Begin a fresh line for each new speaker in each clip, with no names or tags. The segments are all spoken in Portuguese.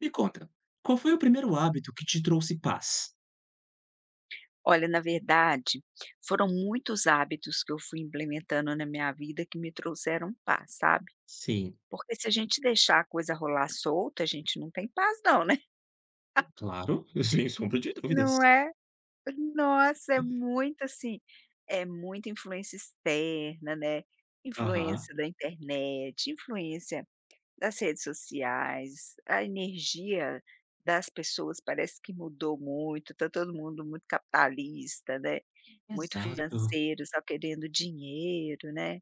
Me conta, qual foi o primeiro hábito que te trouxe paz?
Olha, na verdade, foram muitos hábitos que eu fui implementando na minha vida que me trouxeram paz, sabe.
Sim,
Porque se a gente deixar a coisa rolar solta, a gente não tem paz não, né.
claro, sem sombra de dúvidas.
Não é? Nossa, é muito assim, é muita influência externa, né,
Aham,
influência da internet, influência das redes sociais, a energia das pessoas parece que mudou muito, tá todo mundo muito capitalista, né, muito
exato,
financeiro, só querendo dinheiro, né,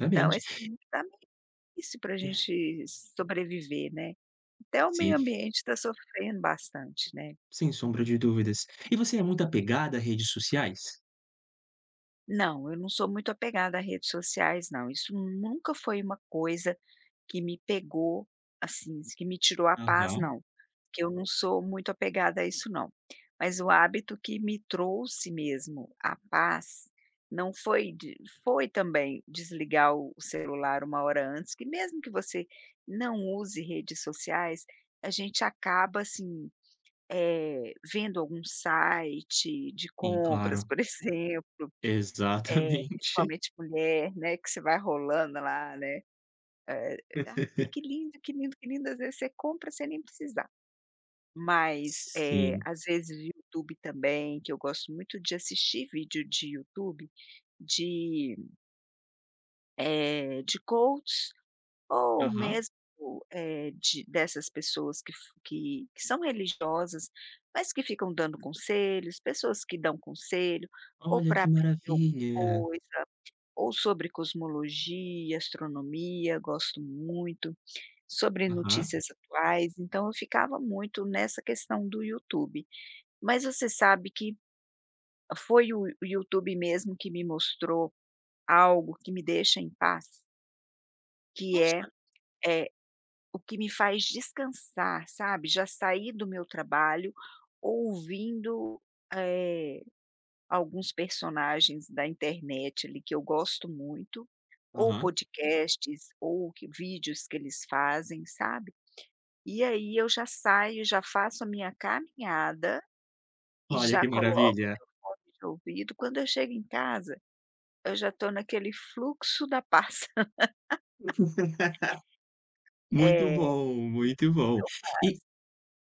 então esse mundo tá meio difícil pra gente sobreviver, né, até o
Sim,
meio ambiente está sofrendo bastante, né.
sem sombra de dúvidas. E você é muito apegada a redes sociais?
Não, eu não sou muito apegada a redes sociais não, isso nunca foi uma coisa que me pegou, assim, que me tirou a paz
Aham,
não, que eu não sou muito apegada a isso não. Mas o hábito que me trouxe mesmo a paz, não foi de, foi também desligar o celular uma hora antes, que mesmo que você não use redes sociais, a gente acaba, assim, vendo algum site de
sim,
compras,
claro.
por exemplo,
Exatamente.
principalmente mulher, né, que você vai rolando lá, né. Ai, que lindo, que lindo, que lindo. Às vezes você compra sem nem precisar. Mas,
Sim.
às vezes o YouTube também, que eu gosto muito de assistir vídeo de YouTube de, de coaches ou
Aham.
mesmo, de dessas pessoas que são religiosas, mas que ficam dando conselhos, pessoas que dão conselho ou
Olha
para
que
aprender alguma
maravilha.
coisa, ou sobre cosmologia, astronomia, gosto muito. Sobre
Aham.
notícias atuais, então eu ficava muito nessa questão do YouTube. Mas você sabe que foi o YouTube mesmo que me mostrou algo que me deixa em paz, que é
Nossa.
é o que me faz descansar, sabe, já saí do meu trabalho ouvindo, eh, alguns personagens da internet ali que eu gosto muito, ou
Aham.
podcasts ou que vídeos que eles fazem, sabe. E aí eu já saio, já faço a minha caminhada e
Olha
já
que
coloco
maravilha.
meu fone de ouvido. Quando eu chego em casa, eu já estou naquele fluxo da passa.
Muito
Eh,
bom, muito bom.
eu
E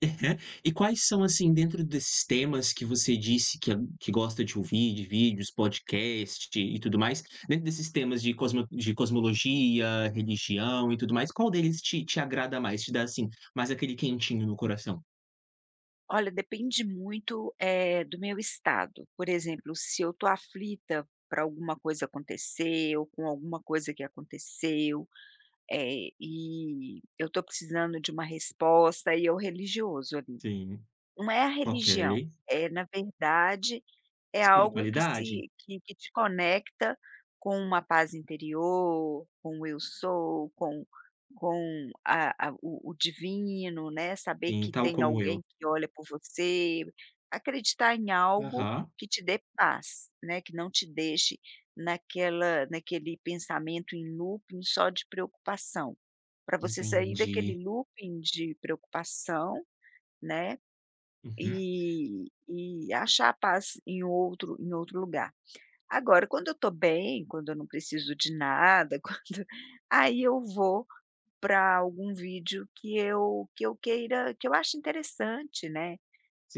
Uhum. E quais são, assim, dentro desses temas que você disse que é, que gosta de ouvir, de vídeos, podcast e tudo mais, dentro desses temas de cosmologia, religião e tudo mais, qual deles te agrada mais? Te dá, assim, mais aquele quentinho no coração?
olha, depende muito, do meu estado. Por exemplo, se eu estou aflita para alguma coisa acontecer ou com alguma coisa que aconteceu, e eu estou precisando de uma resposta e é o religioso ali.
Sim,
Não é a
ok.
religião, é na verdade é algo que
Espiritualidade?
se que que te conecta com uma paz interior, com o eu sou, com a o divino, né, saber
Sim,
que
tal
tem
como eu.
alguém que olha por você, acreditar em algo
Aham,
que te dê paz, né, que não te deixe naquela naquele pensamento em looping só de preocupação. Para você sair
entendi.
daquele looping de preocupação, né,
Uhum,
e achar a paz em outro lugar. Agora, quando eu estou bem, quando eu não preciso de nada, quando aí eu vou para algum vídeo que eu queira, que eu acho interessante, né,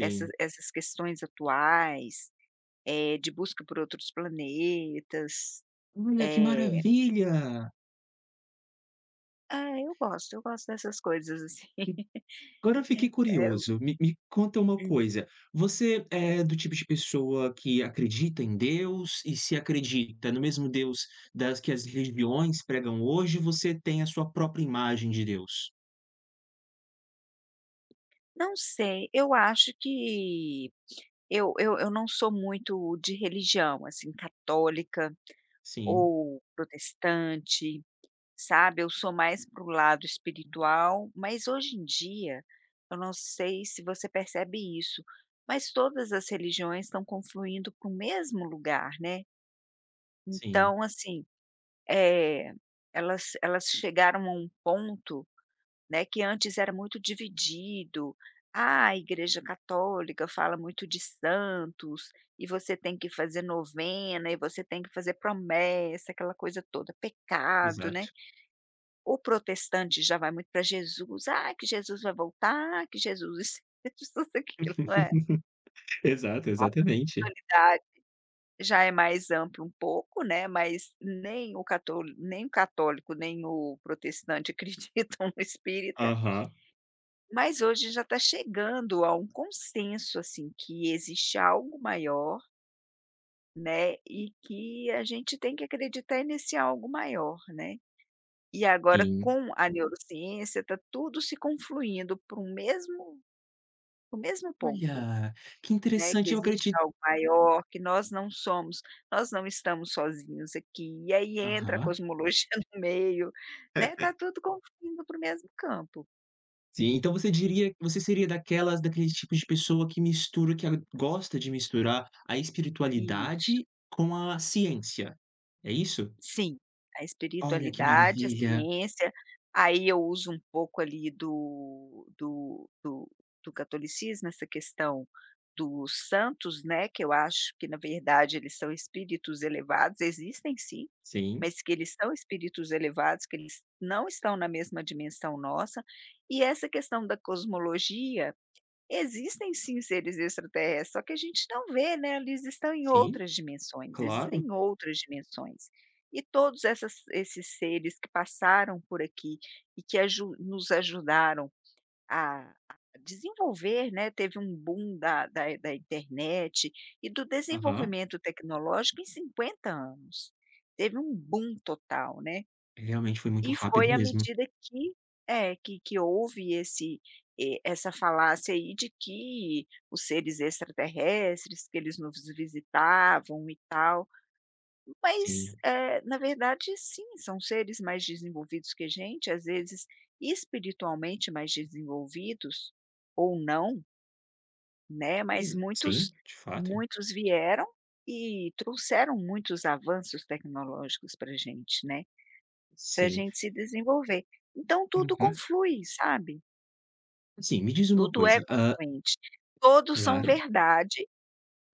essas essas questões atuais, de busca por outros planetas,
Olha, que
eh,
maravilha!
é, eu gosto dessas coisas assim.
Agora eu fiquei curioso, me conta uma coisa, você é do tipo de pessoa que acredita em Deus e se acredita no mesmo Deus das que as religiões pregam hoje, você tem a sua própria imagem de Deus?
Não sei, eu acho que eu não sou muito de religião, assim, católica
Sim,
ou protestante, sabe, eu sou mais pro lado espiritual, mas hoje em dia, eu não sei se você percebe isso, mas todas as religiões estão confluindo para o mesmo lugar, né.
sim,
Então, assim, eh, elas chegaram a um ponto, né, que antes era muito dividido. Ah, a igreja católica fala muito de santos, e você tem que fazer novena, e você tem que fazer promessa, aquela coisa toda, pecado, né.
exato.
O protestante já vai muito para Jesus, ah, que Jesus vai voltar, que Jesus isso, Jesus aquilo, não é.
Exato,
A
exatamente.
espiritualidade já é mais ampla um pouco, né, mas nem o católico, nem o protestante, acreditam no espírita.
Aham,
Mas hoje já está chegando a um consenso, assim, que existe algo maior, né, e que a gente tem que acreditar nesse algo maior, né. E agora
sim.
com a neurociência está tudo se confluindo para o mesmo ponto,
Olha, que
né, que
interessante, eu
existe
acredito
algo maior, que nós não estamos sozinhos aqui, e aí entra a
aham.
cosmologia no meio, né, está tudo confluindo para o mesmo campo.
Sim, então você diria você seria daquelas daquele tipo de pessoa que ela gosta de misturar a
Isso.
espiritualidade com a ciência, é isso?
Sim, a
Olha que
espiritualidade, a
maravilha.
ciência, aí eu uso um pouco ali do catolicismo, essa questão dos santos, né, que eu acho que na verdade eles são espíritos elevados, existem sim,
Sim,
mas que eles são espíritos elevados, que eles não estão na mesma dimensão nossa, e essa questão da cosmologia. Existem sim seres extraterrestres, só que a gente não vê, né, eles estão em
sim,
outras dimensões,
claro.
existem outras dimensões. E todos essas esses seres que passaram por aqui e que aju nos ajudaram a a desenvolver, né, teve um boom da internet e do
Aham.
desenvolvimento tecnológico em 50 anos. Teve um boom total, né.
Realmente foi muito
E
rápido
foi à
mesmo.
medida que, houve esse e essa falácia aí de que os seres extraterrestres, que eles nos visitavam e tal, mas,
Sim,
na verdade sim, são seres mais desenvolvidos que a gente, às vezes espiritualmente mais desenvolvidos, ou não, né, mas
exa sim,
muitos
de fato.
muitos vieram e trouxeram muitos avanços tecnológicos para a gente, né, para a
Sim.
gente se desenvolver. Então tudo
Uhum.
conflui, sabe?
Assim, me diz uma
Tudo é
coisa. Ah,
confluente. Todos são
claro.
verdade,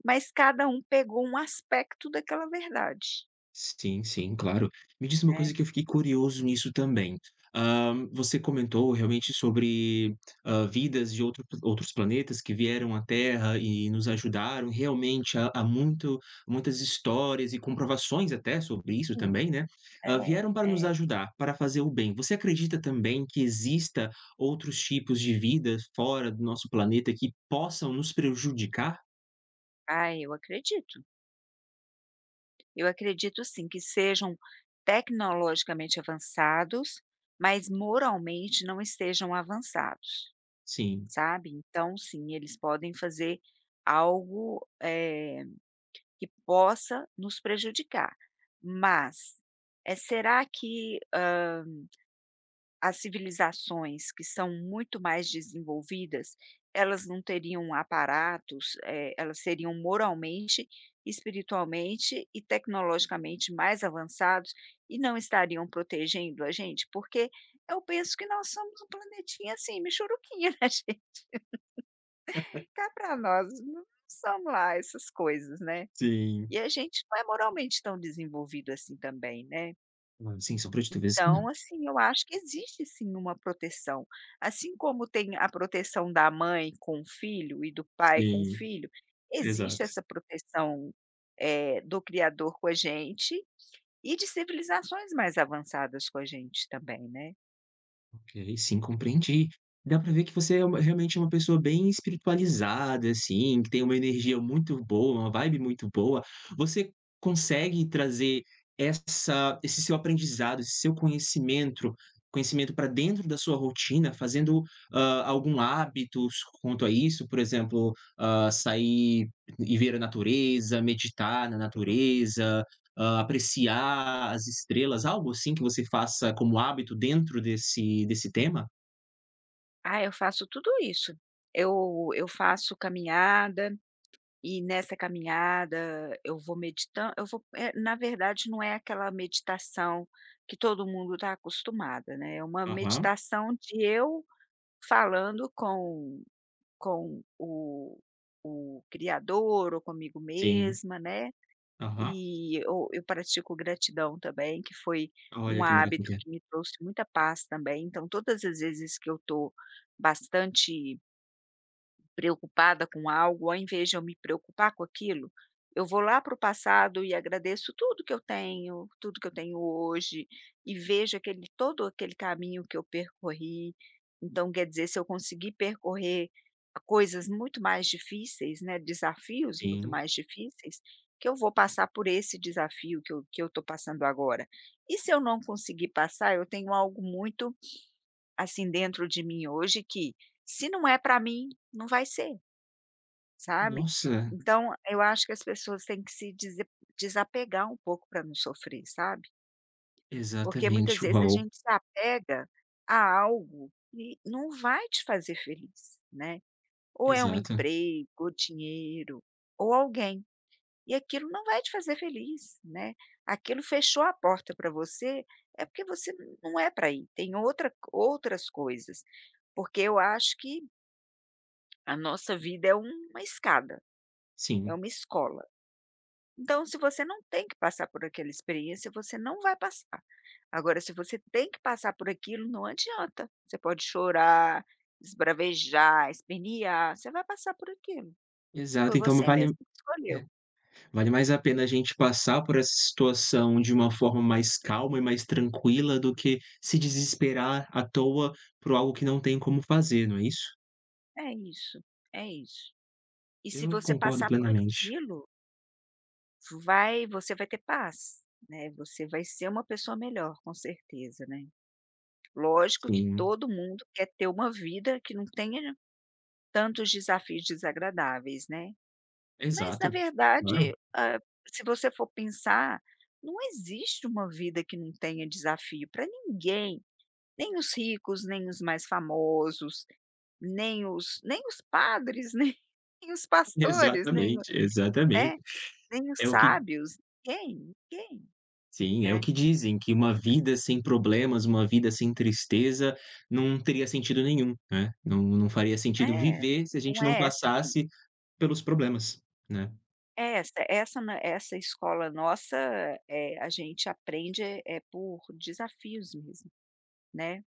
mas cada um pegou um aspecto daquela verdade,
Sim, sim, claro. Me diz uma
né.
coisa que eu fiquei curioso nisso também. Você comentou realmente sobre, vidas de outros planetas que vieram à Terra e nos ajudaram realmente a muito muitas histórias e comprovações até sobre isso
Sim.
também, né,
É,
vieram para nos
é.
ajudar, para fazer o bem. Você acredita também que exista outros tipos de vida fora do nosso planeta que possam nos prejudicar?
Ah, eu acredito. Eu acredito sim que sejam tecnologicamente avançados, mas moralmente não estejam avançados,
Sim.
sabe. Então sim, eles podem fazer algo, que possa nos prejudicar. Mas, será que, as civilizações que são muito mais desenvolvidas, elas não teriam aparatos, elas seriam moralmente, espiritualmente e tecnologicamente mais avançados e não estariam protegendo a gente? Porque eu penso que nós somos um planetinha, assim, michuruquinha, né, gente, cá pra nós, não somos lá essas coisas, né.
Sim.
E a gente não é moralmente tão desenvolvido assim também, né.
Sim, só pra te dizer que não.
Então, assim, eu acho que existe sim uma proteção. Assim como tem a proteção da mãe com o filho e do pai com o
Sim.
filho, existe
Exato.
essa proteção, do criador com a gente e de civilizações mais avançadas com a gente também, né.
Ok, sim, compreendi. Dá pra ver que você é uma realmente é uma pessoa bem espiritualizada, assim, que tem uma energia muito boa, uma vibe muito boa. Você consegue trazer essa esse seu aprendizado, esse seu conhecimento conhecimento para dentro da sua rotina, fazendo, algum hábito quanto a isso? Por exemplo, sair e ver a natureza, meditar na natureza, ah, apreciar as estrelas, algo assim que você faça como hábito dentro desse tema?
Ah, eu faço tudo isso. Eu faço caminhada. E nessa caminhada eu vou meditando, na verdade não é aquela meditação que todo mundo está acostumada, né, é uma
Aham,
meditação de eu falando com o criador ou comigo
sim,
mesma, né,
aham.
e eu pratico gratidão também, que foi um
Olha que
hábito
maravilha.
que me trouxe muita paz também, então todas as vezes que eu estou bastante preocupada com algo, ao invés de eu me preocupar com aquilo, eu vou lá para o passado e agradeço tudo que eu tenho, tudo que eu tenho hoje, e vejo aquele todo aquele caminho que eu percorri. Então, quer dizer, se eu conseguir percorrer coisas muito mais difíceis, né, desafios muito
Sim.
mais difíceis, que eu vou passar por esse desafio que eu estou passando agora. E se eu não conseguir passar, eu tenho algo muito, assim, dentro de mim hoje que, se não é para mim, não vai ser. Sabe?
Nossa,
Então, eu acho que as pessoas têm que se dese desapegar um pouco para não sofrer, sabe? Porque muitas
exatamente,
vezes a
uau,
gente se apega a algo que não vai te fazer feliz, né? Ou é um
exato,
emprego, ou dinheiro, ou alguém, e aquilo não vai te fazer feliz, né? Aquilo fechou a porta para você, é porque você não é para ir, tem outras coisas. Porque eu acho que a nossa vida é uma escada, é
sim,
uma escola. Então, se você não tem que passar por aquela experiência, você não vai passar. Agora, se você tem que passar por aquilo, não adianta. Você pode chorar, esbravejar, espernear, você vai passar por aquilo.
exato.
Foi
Então
você
vale
mesmo que escolheu.
é, vale mais a pena a gente passar por essa situação de uma forma mais calma e mais tranquila do que se desesperar à toa por algo que não tem como fazer, não é isso?
É isso, é isso. E se
Eu
você
concordo
passar por
plenamente.
aquilo, vai você vai ter paz, né, você vai ser uma pessoa melhor, com certeza, né. Lógico que
Sim,
todo mundo quer ter uma vida que não tenha tantos desafios desagradáveis, né. Mas na
exato, claro.
verdade, ah, se você for pensar, não existe uma vida que não tenha desafio para ninguém, nem os ricos, nem os mais famosos, nem os padres, nem os pastores, nem o
Exatamente, exatamente.
né, nem os
É o que
sábios, ninguém, ninguém,
sim, é o
né.
que dizem, que uma vida sem problemas, uma vida sem tristeza, não teria sentido nenhum, né. Não faria sentido
É,
viver se a gente
não
não
é essa aqui.
passasse pelos problemas, né.
É. Essa essa Na essa escola nossa, é, a gente aprende, é por desafios mesmo, né.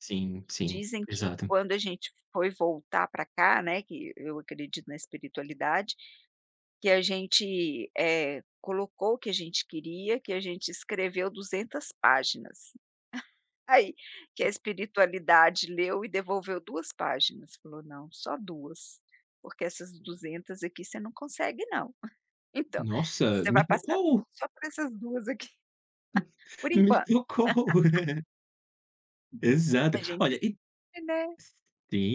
Sim, sim,
Dizem que
exato.
quando a gente foi voltar para cá, né, que eu acredito na espiritualidade, que a gente, colocou o que a gente queria, que a gente escreveu 200 páginas. Aí, que a espiritualidade leu e devolveu 2 páginas, falou: "Não, só 2, porque essas 200 aqui você não consegue não. Então,
Nossa,
você vai
me
passar
tocou, um,
só por essas 2 aqui, por
me
enquanto".
tocou. Um. Exato.
A gente
Olha, e
escolhe, né,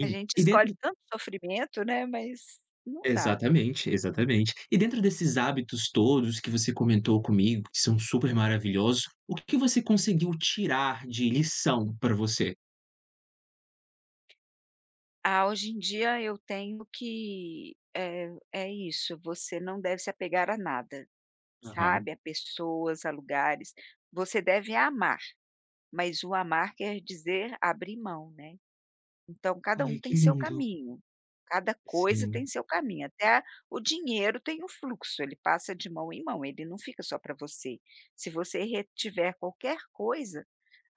a gente
e
escolhe
dentro.
tanto sofrimento, né, mas não dá.
Exatamente, exatamente. E dentro desses hábitos todos que você comentou comigo, que são super maravilhosos, o que que você conseguiu tirar de lição para você?
Ah, hoje em dia eu tenho que é isso, você não deve se apegar a nada,
Aham.
sabe, a pessoas, a lugares. Você deve amar, mas o amar quer dizer abrir mão, né. Então cada um
Ai, que
tem seu
lindo.
caminho, cada coisa tem
Sim,
seu caminho, o dinheiro tem um fluxo, ele passa de mão em mão, ele não fica só para você. Se você retiver qualquer coisa,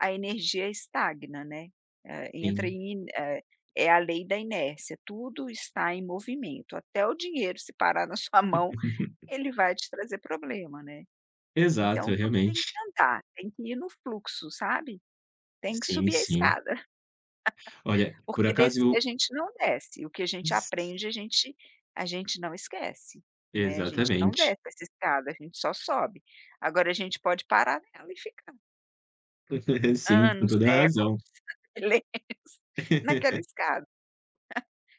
a energia estagna, né, eh, entra
sim.
em eh, é a lei da inércia, tudo está em movimento, até o dinheiro se parar na sua mão, ele vai te trazer problema, né.
Exato,
Então tudo tem que
realmente.
andar, tem que ir no fluxo, sabe, tem que
Sim,
subir a
sim.
escada.
Olha, por
Porque
acaso
descer
eu
a gente não desce, o que a gente aprende a gente não esquece, né, a gente não
exatamente.
desce essa escada, a gente só sobe, agora a gente pode parar nela e ficar.
Sim, com
Anos,
toda a
séculos,
razão.
beleza, naquela escada,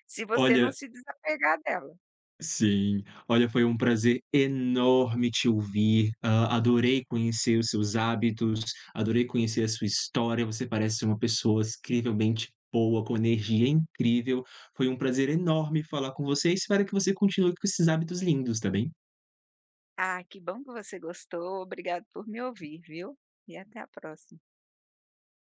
se você não
Olha.
se desapegar dela.
Sim. Olha, foi um prazer enorme te ouvir, hã, adorei conhecer os seus hábitos, adorei conhecer a sua história, você parece ser uma pessoa incrivelmente boa, com energia incrível. Foi um prazer enorme falar com você, espero que você continue com esses hábitos lindos, tá bem?
Ah, que bom que você gostou, obrigado por me ouvir, viu. E até a próxima.